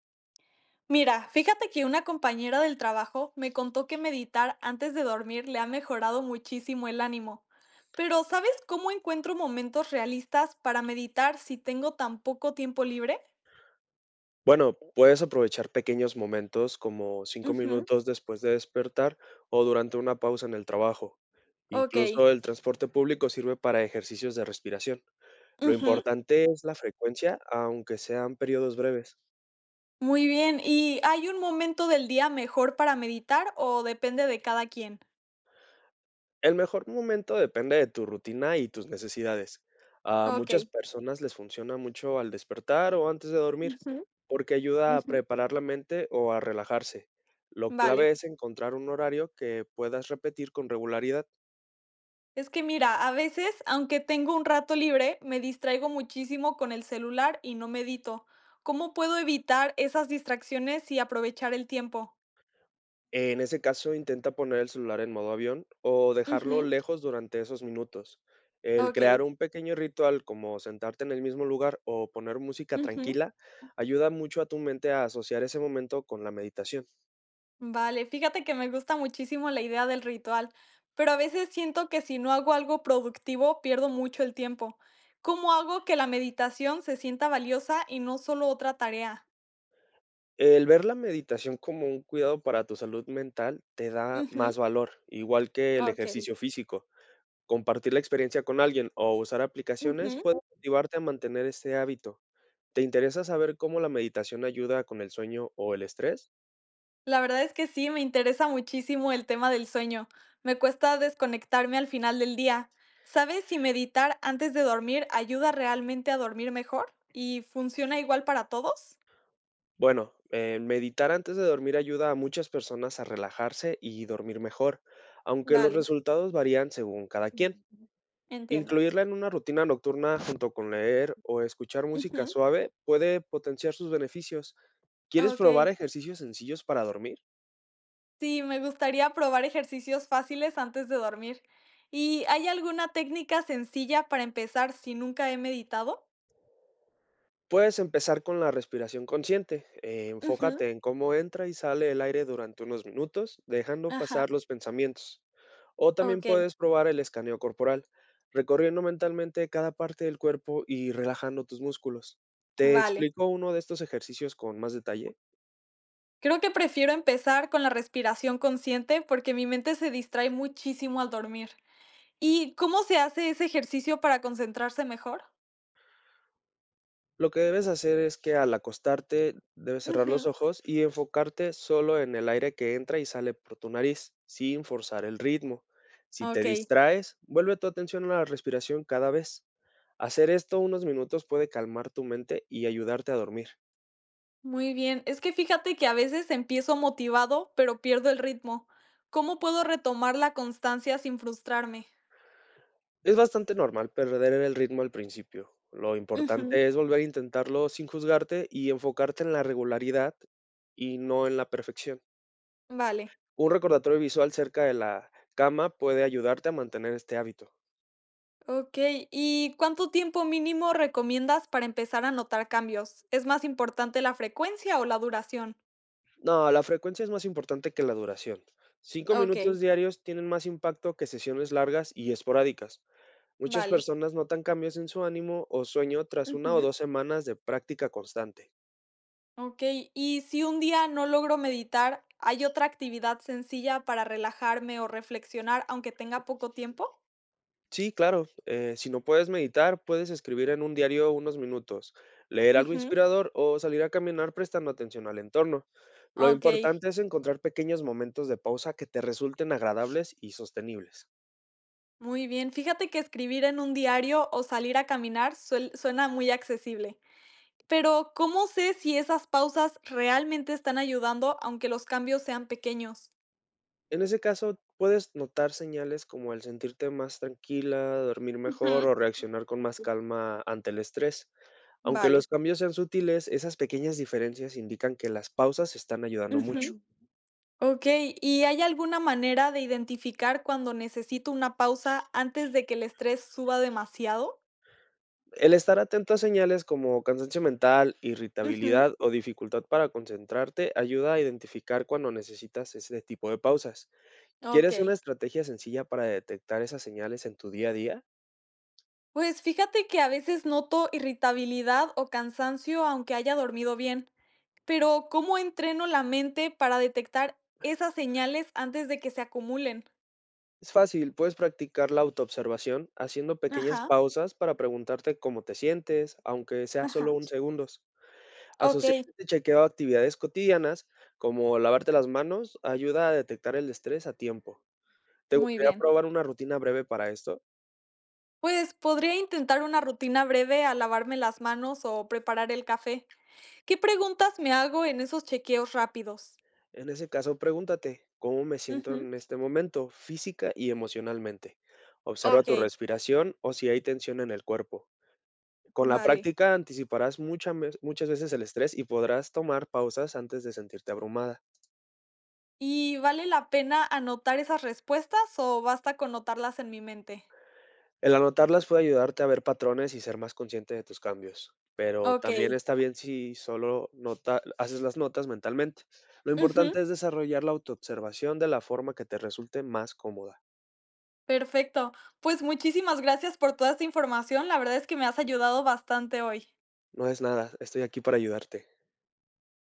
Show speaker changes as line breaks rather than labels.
Mira, fíjate que una compañera del trabajo me contó que meditar antes de dormir le ha mejorado muchísimo el ánimo. Pero ¿sabes cómo encuentro momentos realistas para meditar si tengo tan poco tiempo libre?
Bueno, puedes aprovechar pequeños momentos como cinco
Ujú.
minutos después de despertar o durante una pausa en el trabajo.
Ok.
Incluso el transporte público sirve para ejercicios de respiración. Lo
Ujú.
importante es la frecuencia, aunque sean periodos breves.
Muy bien. ¿Y hay un momento del día mejor para meditar o depende de cada quien?
El mejor momento depende de tu rutina y tus necesidades. A
Ok.
muchas personas les funciona mucho al despertar o antes de dormir,
Ujú.
porque ayuda a
Ujú.
preparar la mente o a relajarse. Lo
Vale.
clave es encontrar un horario que puedas repetir con regularidad.
Es que mira, a veces, aunque tengo un rato libre, me distraigo muchísimo con el celular y no medito. ¿Cómo puedo evitar esas distracciones y aprovechar el tiempo?
En ese caso, intenta poner el celular en modo avión o dejarlo
Ujú.
lejos durante esos minutos. El
Ok.
crear un pequeño ritual como sentarte en el mismo lugar o poner música
Ujú.
tranquila ayuda mucho a tu mente a asociar ese momento con la meditación.
Vale, fíjate que me gusta muchísimo la idea del ritual, pero a veces siento que si no hago algo productivo, pierdo mucho el tiempo. ¿Cómo hago que la meditación se sienta valiosa y no solo otra tarea?
El ver la meditación como un cuidado para tu salud mental te da
Ujú.
más valor, igual que el
Ok.
ejercicio físico. Compartir la experiencia con alguien o usar aplicaciones puede motivarte a mantener este hábito. ¿Te interesa saber cómo la meditación ayuda con el sueño o el estrés?
La verdad es que sí, me interesa muchísimo el tema del sueño. Me cuesta desconectarme al final del día. ¿Sabes si meditar antes de dormir ayuda realmente a dormir mejor? ¿Y funciona igual para todos?
Bueno, meditar antes de dormir ayuda a muchas personas a relajarse y dormir mejor, aunque los
Vale,
resultados varían según cada quien.
entiendo.
Incluirla en una rutina nocturna junto con leer o escuchar música
Ujú.
suave puede potenciar sus beneficios. ¿Quieres
Ok.
probar ejercicios sencillos para dormir?
Sí, me gustaría probar ejercicios fáciles antes de dormir. ¿Y hay alguna técnica sencilla para empezar si nunca he meditado?
Puedes empezar con la respiración consciente,
Ujú.
enfócate en cómo entra y sale el aire durante unos minutos, dejando
Ajá.
pasar los pensamientos. O también
Ok.
puedes probar el escaneo corporal, recorriendo mentalmente cada parte del cuerpo y relajando tus músculos. ¿Te
Vale.
explico uno de estos ejercicios con más detalle?
Creo que prefiero empezar con la respiración consciente porque mi mente se distrae muchísimo al dormir. ¿Y cómo se hace ese ejercicio para concentrarse mejor?
Lo que debes hacer es que al acostarte debes cerrar los
Ujú.
ojos y enfocarte solo en el aire que entra y sale por tu nariz, sin forzar el ritmo. Si te
Ok,
distraes, vuelve tu atención a la respiración cada vez. Hacer esto unos minutos puede calmar tu mente y ayudarte a dormir.
muy bien. Es que fíjate que a veces empiezo motivado, pero pierdo el ritmo. ¿Cómo puedo retomar la constancia sin frustrarme?
Es bastante normal perder el ritmo al principio. Lo
Ujú.
importante es volver a intentarlo sin juzgarte y enfocarte en la regularidad y no en la perfección.
Vale.
Un recordatorio visual cerca de la cama puede ayudarte a mantener este hábito.
Ok. ¿Y cuánto tiempo mínimo recomiendas para empezar a notar cambios? ¿Es más importante la frecuencia o la duración?
No, la frecuencia es más importante que la duración. Cinco
Ok.
minutos diarios tienen más impacto que sesiones largas y esporádicas. Muchas
Vale.
personas notan cambios en su ánimo o sueño tras una o
Ujú.
dos semanas de práctica constante.
Okey, y si un día no logro meditar, ¿hay otra actividad sencilla para relajarme o reflexionar, aunque tenga poco tiempo?
Sí, claro, si no puedes meditar, puedes escribir en un diario unos minutos, leer algo
Ujú.
inspirador o salir a caminar prestando atención al entorno. Lo
Okey,
importante es encontrar pequeños momentos de pausa que te resulten agradables y sostenibles.
muy bien. Fíjate que escribir en un diario o salir a caminar suel suena muy accesible, pero ¿cómo sé si esas pausas realmente están ayudando, aunque los cambios sean pequeños?
En ese caso, puedes notar señales como el sentirte más tranquila, dormir mejor
Ujú.
o reaccionar con más calma ante el estrés. Aunque
Vale.
los cambios sean sutiles, esas pequeñas diferencias indican que las pausas están ayudando
Ujú.
mucho.
Mm. ¿Y hay alguna manera de identificar cuando necesito una pausa antes de que el estrés suba demasiado?
El estar atento a señales como cansancio mental, irritabilidad o dificultad para concentrarte ayuda a identificar cuando necesitas ese tipo de pausas. ¿Quieres una
Okey.
estrategia sencilla para detectar esas señales en tu día a día?
Pues fíjate que a veces noto irritabilidad o cansancio aunque haya dormido bien, pero ¿cómo entreno la mente para detectar esas señales antes de que se acumulen?
Es fácil, puedes practicar la autoobservación haciendo pequeñas
Ajá.
pausas para preguntarte cómo te sientes, aunque sea
Ajá.
solo un segundos. Asociar
Okey,
este chequeo a actividades cotidianas, como lavarte las manos, ayuda a detectar el estrés a tiempo. ¿Te
muy
gustaría
bien.
probar una rutina breve para esto?
Pues podría intentar una rutina breve al lavarme las manos o preparar el café. ¿Qué preguntas me hago en esos chequeos rápidos?
En ese caso, pregúntate, ¿cómo me siento
Ujú.
en este momento, física y emocionalmente? Observa tu
Okey.
respiración o si hay tensión en el cuerpo. Con la
Vale.
práctica anticiparás muchas veces el estrés y podrás tomar pausas antes de sentirte abrumada.
¿Y vale la pena anotar esas respuestas o basta con notarlas en mi mente?
El anotarlas puede ayudarte a ver patrones y ser más consciente de tus cambios, pero también
Okey.
está bien si haces las notas mentalmente. Lo
Ujú,
importante es desarrollar la autoobservación de la forma que te resulte más cómoda.
perfecto. Pues muchísimas gracias por toda esta información. La verdad es que me has ayudado bastante hoy.
No es nada, estoy aquí para ayudarte.